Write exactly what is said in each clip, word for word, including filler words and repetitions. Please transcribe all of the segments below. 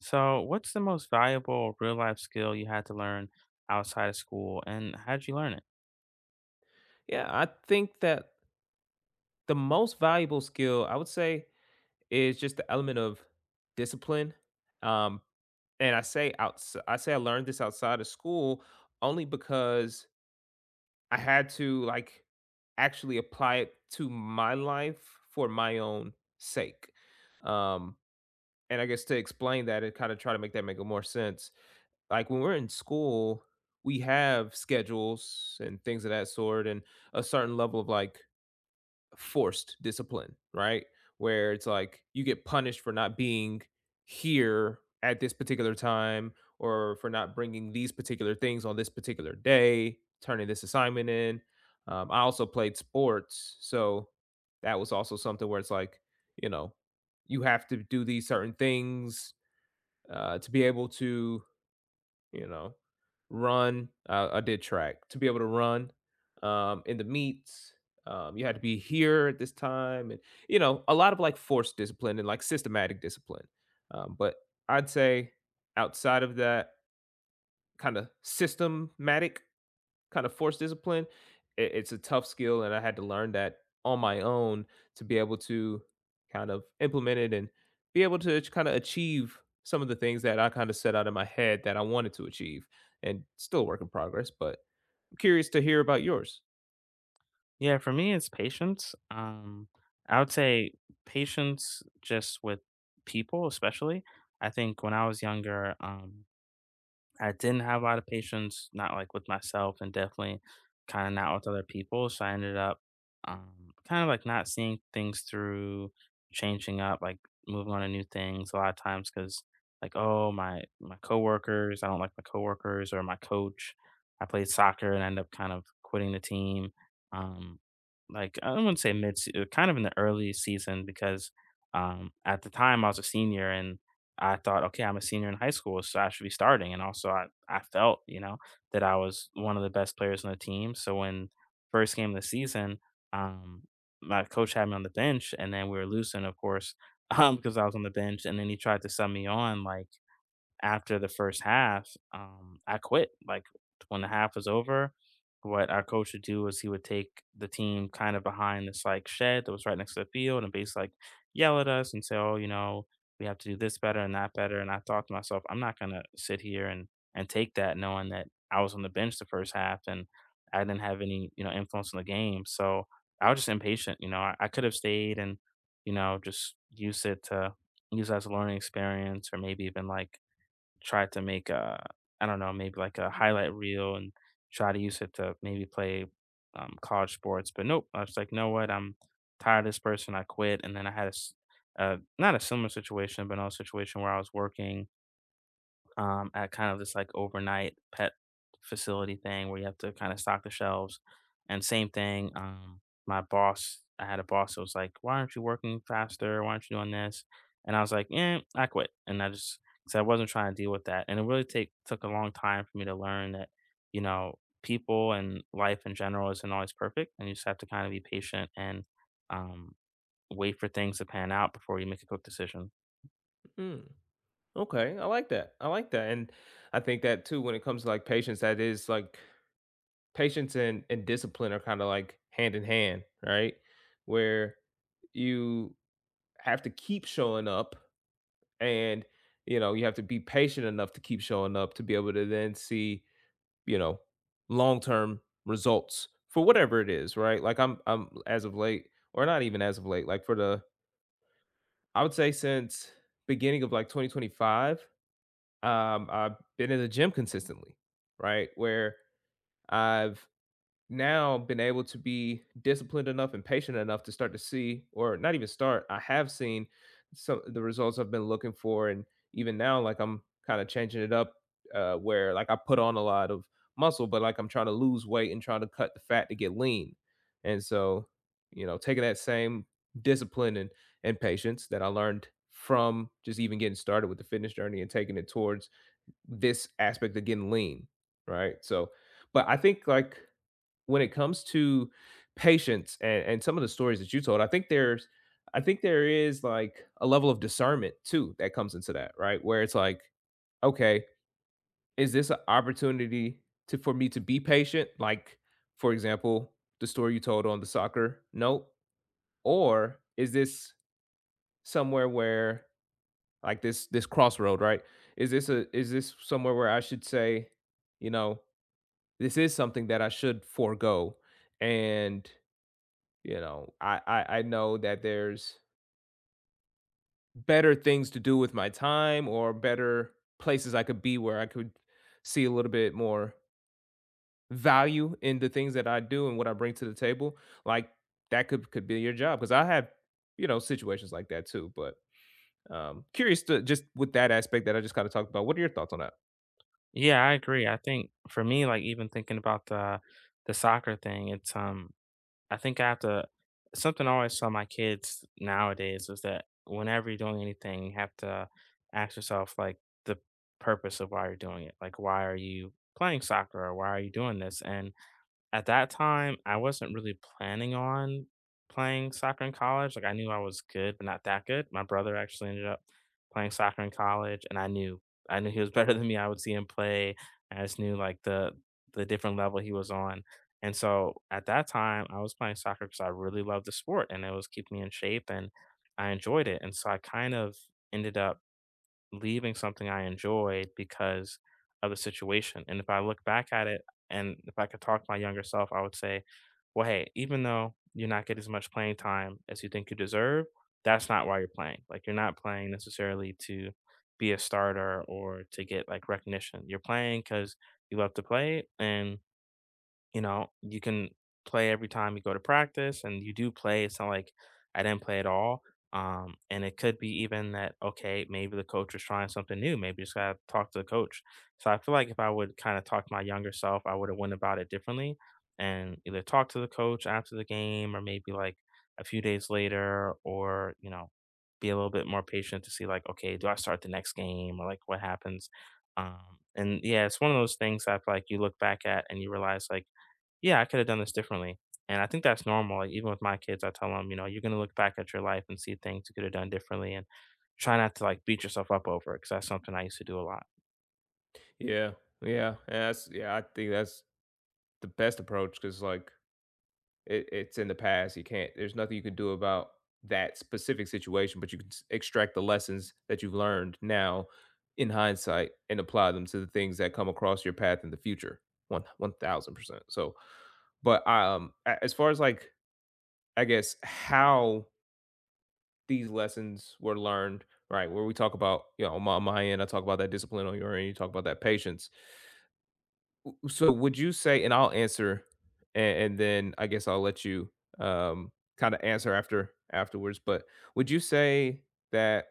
So, what's the most valuable real life skill you had to learn outside of school, and how did you learn it? Yeah, I think that the most valuable skill I would say is just the element of discipline. Um, and I say outs- I say I learned this outside of school only because I had to like actually apply it to my life for my own sake. Um, and I guess to explain that and kind of try to make that make more sense. Like when we're in school, we have schedules and things of that sort, and a certain level of like forced discipline, right? Where it's like you get punished for not being here at this particular time or for not bringing these particular things on this particular day, turning this assignment in. Um, I also played sports. So that was also something where it's like, you know, you have to do these certain things uh, to be able to you know, run. Uh, I did track to be able to run um, in the meets. Um, you had to be here at this time, and you know, a lot of like forced discipline and like systematic discipline. Um, but I'd say outside of that kind of systematic kind of forced discipline, it, it's a tough skill, and I had to learn that on my own to be able to kind of implement it and be able to kind of achieve some of the things that I kind of set out in my head that I wanted to achieve, and still a work in progress. But I'm curious to hear about yours. Yeah, for me, it's patience. Um, I would say patience just with people, especially. I think when I was younger, um, I didn't have a lot of patience, not like with myself and definitely kind of not with other people. So I ended up um, kind of like not seeing things through, changing up, like moving on to new things a lot of times because like, oh, my, my coworkers, I don't like my coworkers or my coach. I played soccer and end up kind of quitting the team. Um, like I wouldn't say mid, se- uh, kind of in the early season because um, at the time I was a senior and I thought, okay, I'm a senior in high school, so I should be starting. And also, I, I felt, you know, that I was one of the best players on the team. So when first game of the season, um, my coach had me on the bench, and then we were losing, of course, um, because I was on the bench. And then he tried to sub me on, like after the first half, um, I quit. Like when the half was over, what our coach would do was he would take the team kind of behind this like shed that was right next to the field and basically like yell at us and say, "Oh, you know, we have to do this better and that better." And I thought to myself, I'm not gonna sit here and and take that, knowing that I was on the bench the first half and I didn't have any you know influence on the game. So I was just impatient. You know, I, I could have stayed and you know just use it to use it as a learning experience or maybe even like try to make a I don't know, maybe like a highlight reel and try to use it to maybe play um, college sports. But nope, I was like, know what? I'm tired of this person. I quit. And then I had a s- uh, not a similar situation, but another situation where I was working um, at kind of this like overnight pet facility thing where you have to kind of stock the shelves. And same thing, um, my boss, I had a boss that was like, "Why aren't you working faster? Why aren't you doing this?" And I was like, "Eh, I quit." And I just because I wasn't trying to deal with that, and it really take took a long time for me to learn that you know people and life in general isn't always perfect, and you just have to kind of be patient and um, wait for things to pan out before you make a quick decision. Mm, okay, I like that. I like that, and I think that too when it comes to like patience, that is like patience and and discipline are kind of like hand in hand, right? Where you have to keep showing up and you know you have to be patient enough to keep showing up to be able to then see you know long-term results for whatever it is, right? Like i'm i'm as of late or not even as of late like for the I would say since beginning of like twenty twenty-five. um I've been in the gym consistently, right? Where I've now been able to be disciplined enough and patient enough to start to see or not even start, I have seen some the results I've been looking for. And even now like I'm kind of changing it up uh where like I put on a lot of muscle but like I'm trying to lose weight and trying to cut the fat to get lean. And so you know taking that same discipline and and patience that I learned from just even getting started with the fitness journey and taking it towards this aspect of getting lean, right? So but I think like when it comes to patience, and, and some of the stories that you told, I think there's I think there is like a level of discernment too that comes into that, right? Where it's like, okay, is this an opportunity to for me to be patient? Like, for example, the story you told on the soccer note, or is this somewhere where like this this crossroad, right? Is this a is this somewhere where I should say, you know, this is something that I should forego and you know, I I I know that there's better things to do with my time or better places I could be where I could see a little bit more value in the things that I do and what I bring to the table. Like that could could be your job because I have, you know, situations like that too. But um curious to just with that aspect that I just kind of talked about. What are your thoughts on that? Yeah, I agree. I think for me, like even thinking about the the soccer thing, it's um I think I have to something I always tell my kids nowadays is that whenever you're doing anything, you have to ask yourself like the purpose of why you're doing it. Like why are you playing soccer or why are you doing this? And at that time, I wasn't really planning on playing soccer in college, like, I knew I was good, but not that good. My brother actually ended up playing soccer in college, and I knew I knew he was better than me, I would see him play, I just knew, like, the the different level he was on, and so, at that time, I was playing soccer because I really loved the sport, and it was keeping me in shape, and I enjoyed it, and so I kind of ended up leaving something I enjoyed because of the situation. And if I look back at it and if I could talk to my younger self, I would say, well, hey, even though you're not getting as much playing time as you think you deserve, that's not why you're playing. Like you're not playing necessarily to be a starter or to get like recognition. You're playing because you love to play and you know, you can play every time you go to practice, and you do play. It's not like I didn't play at all. Um, and it could be even that, okay, maybe the coach was trying something new. Maybe just gotta talk to the coach. So I feel like if I would kind of talk to my younger self, I would have went about it differently and either talk to the coach after the game or maybe like a few days later or, you know, be a little bit more patient to see like, okay, do I start the next game or like what happens? Um, and yeah, it's one of those things that I feel like you look back at and you realize like yeah, I could have done this differently. And I think that's normal. Like, even with my kids, I tell them, you know, you're going to look back at your life and see things you could have done differently and try not to like beat yourself up over it. Cause that's something I used to do a lot. Yeah, yeah, and that's yeah. I think that's the best approach because like it, it's in the past. You can't. There's nothing you can do about that specific situation, but you can s- extract the lessons that you've learned now in hindsight and apply them to the things that come across your path in the future. One one thousand percent. So, but um, a- as far as like I guess how these lessons were learned, right? Where we talk about you know on my, on my end, I talk about that discipline on your end, you talk about that patience. So would you say, and I'll answer, and and then I guess I'll let you, um, kinda answer after afterwards, but would you say that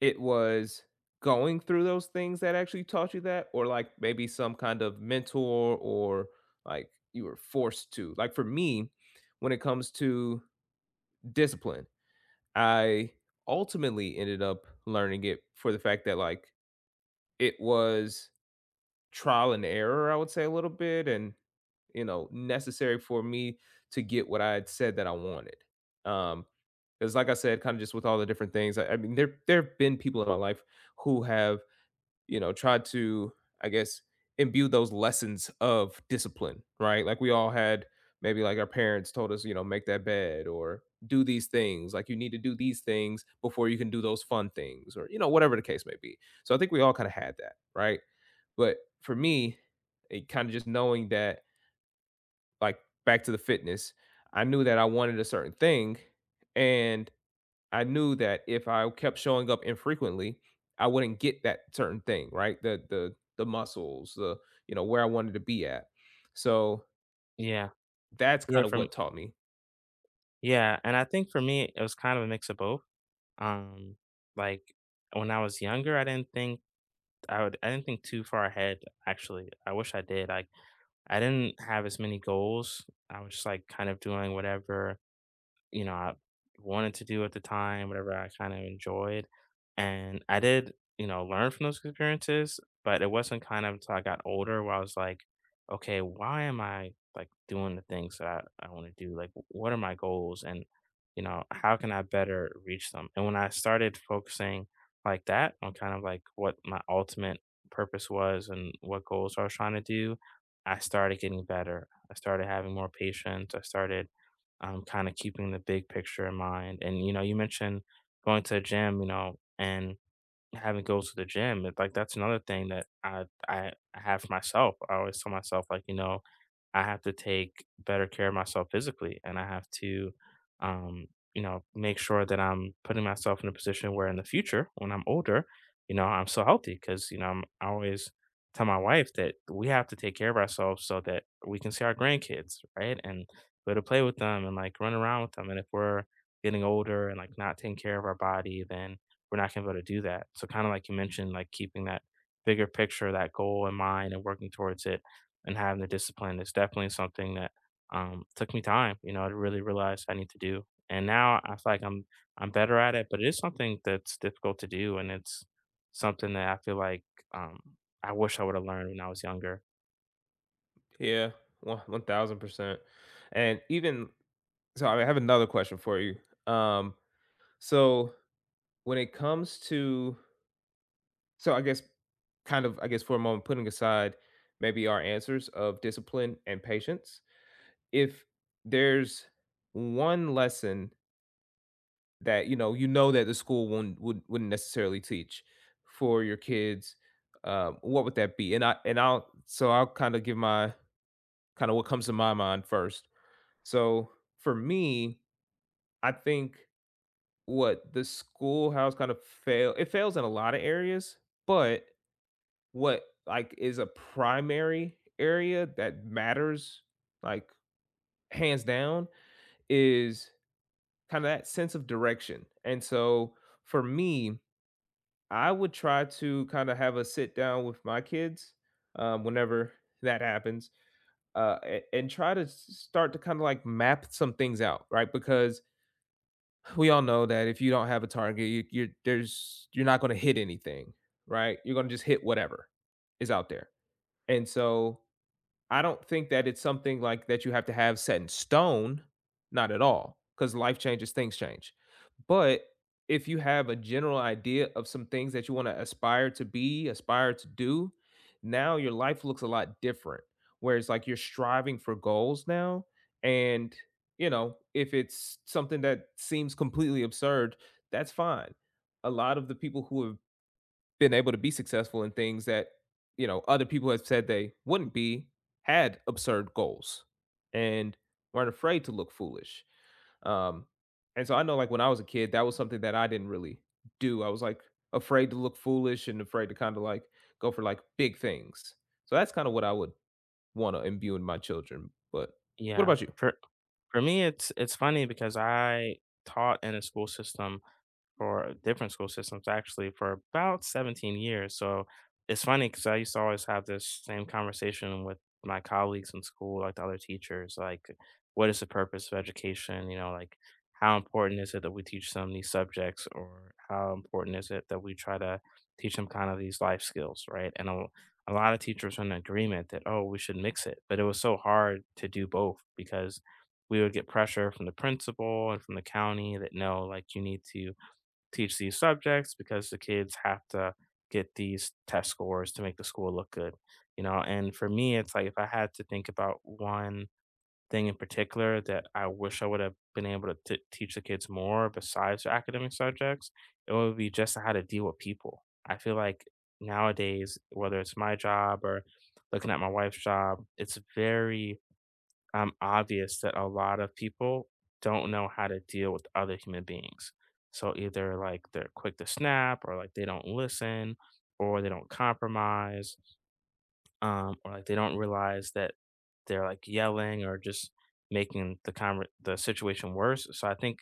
it was going through those things that actually taught you that? Or, like, maybe some kind of mentor or, like, you were forced to? Like, for me, when it comes to discipline, I ultimately ended up learning it for the fact that, like, it was trial and error, I would say, a little bit, and you know, necessary for me to get what I had said that I wanted. Um, because like I said, kind of just with all the different things. I, I mean, there there have been people in my life who have, you know, tried to, I guess, imbue those lessons of discipline, right? Like we all had maybe like our parents told us, you know, make that bed or do these things. Like you need to do these things before you can do those fun things, or you know, whatever the case may be. So I think we all kind of had that, right? But for me, it kind of just knowing that like back to the fitness, I knew that I wanted a certain thing, and I knew that if I kept showing up infrequently, I wouldn't get that certain thing, right? The the the muscles, the you know where I wanted to be at. So Yeah. that's Yeah. kind of From, what taught me. yeah. And I think for me, it was kind of a mix of both. Um, like when I was younger, I didn't think I would, I didn't think too far ahead. Actually, I wish I did. Like, I didn't have as many goals. I was just like kind of doing whatever you know, I wanted to do at the time, whatever I kind of enjoyed. And I did, you know, learn from those experiences, but it wasn't kind of until I got older where I was like, okay, why am I like doing the things that I I want to do? Like, what are my goals? And, you know, how can I better reach them? And when I started focusing like that on kind of like what my ultimate purpose was and what goals I was trying to do, I started getting better. I started having more patience. I started um, kind of keeping the big picture in mind. And you know, you mentioned going to the gym, you know, and having goals to the gym. It, like that's another thing that I I have for myself. I always tell myself, like you know, I have to take better care of myself physically, and I have to, um, you know, make sure that I'm putting myself in a position where in the future, when I'm older, you know, I'm so healthy because, you know, I'm, I always tell my wife that we have to take care of ourselves so that we can see our grandkids, right? And be able to play with them and like run around with them. And if we're getting older and like not taking care of our body, then we're not gonna be able to do that. So kind of like you mentioned, like keeping that bigger picture, that goal in mind and working towards it and having the discipline is definitely something that um, took me time, you know, to really realize I need to do. And now I feel like I'm I'm better at it, but it is something that's difficult to do, and it's something that I feel like um, I wish I would have learned when I was younger. Yeah, one one thousand percent. And even so, I have another question for you. Um, so when it comes to, so I guess kind of I guess for a moment putting aside maybe our answers of discipline and patience, if there's one lesson that you know you know that the school won't, would wouldn't necessarily teach for your kids, um, what would that be? And I and I'll so I'll kind of give my kind of what comes to my mind first. So for me, I think what the schoolhouse kind of fail it fails in a lot of areas, but what, like, is a primary area that matters, like, hands down, is kinda that sense of direction, and so, for me, I would try to kinda have a sit down with my kids, um, whenever that happens, uh, a and try to s start to kinda, like, map some things out, right? Because we all know that if you don't have a target, you you're there's you're not gonna hit anything, right? You're gonna just hit whatever is out there, and so I don't think that it's something like that you have to have set in stone, not at all, because life changes, things change. But if you have a general idea of some things that you want to aspire to be, aspire to do, now your life looks a lot different. Whereas, like, you're striving for goals now. And, you know, if it's something that seems completely absurd, that's fine. A lot of the people who have been able to be successful in things that you know other people have said they wouldn't be had absurd goals and weren't afraid to look foolish. um and so I know like when I was a kid that was something that I didn't really do. I was like afraid to look foolish and afraid to kind of like go for like big things. So that's kind of what I would want to imbue in my children. But what Yeah, about you? for for me, it's it's funny because I taught in a school system for different school systems actually for about seventeen years. So it's funny because I used to always have this same conversation with my colleagues in school, like the other teachers, like what is the purpose of education? You know, like how important is it that we teach them these subjects or how important is it that we try to teach them kind of these life skills, right? And a, a lot of teachers were in agreement that, oh, we should mix it. But it was so hard to do both because we would get pressure from the principal and from the county that no, like you need to teach these subjects because the kids have to get these test scores to make the school look good, you know? And for me, it's like if I had to think about one thing in particular that I wish I would have been able to t- teach the kids more besides the academic subjects, it would be just how to deal with people. I feel like nowadays, whether it's my job or looking at my wife's job, it's very um, obvious that a lot of people don't know how to deal with other human beings. So either like they're quick to snap, or like they don't listen, or they don't compromise, um, or like they don't realize that they're like yelling or just making the conver- the situation worse. So I think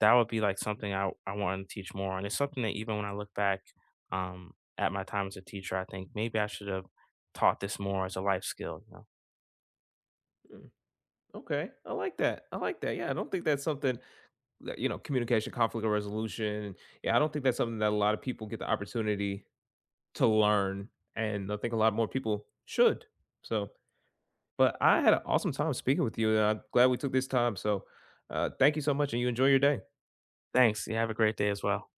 that would be like something I I want to teach more on. It's something that even when I look back um, at my time as a teacher, I think maybe I should have taught this more as a life skill. You know? Mm, okay, I like that. I like that. Yeah, I don't think that's something that, you know, communication, conflict resolution. Yeah, I don't think that's something that a lot of people get the opportunity to learn, and I think a lot more people should. So, but I had an awesome time speaking with you, and I'm glad we took this time. So, uh, thank you so much, and you enjoy your day. Thanks. You have a great day as well.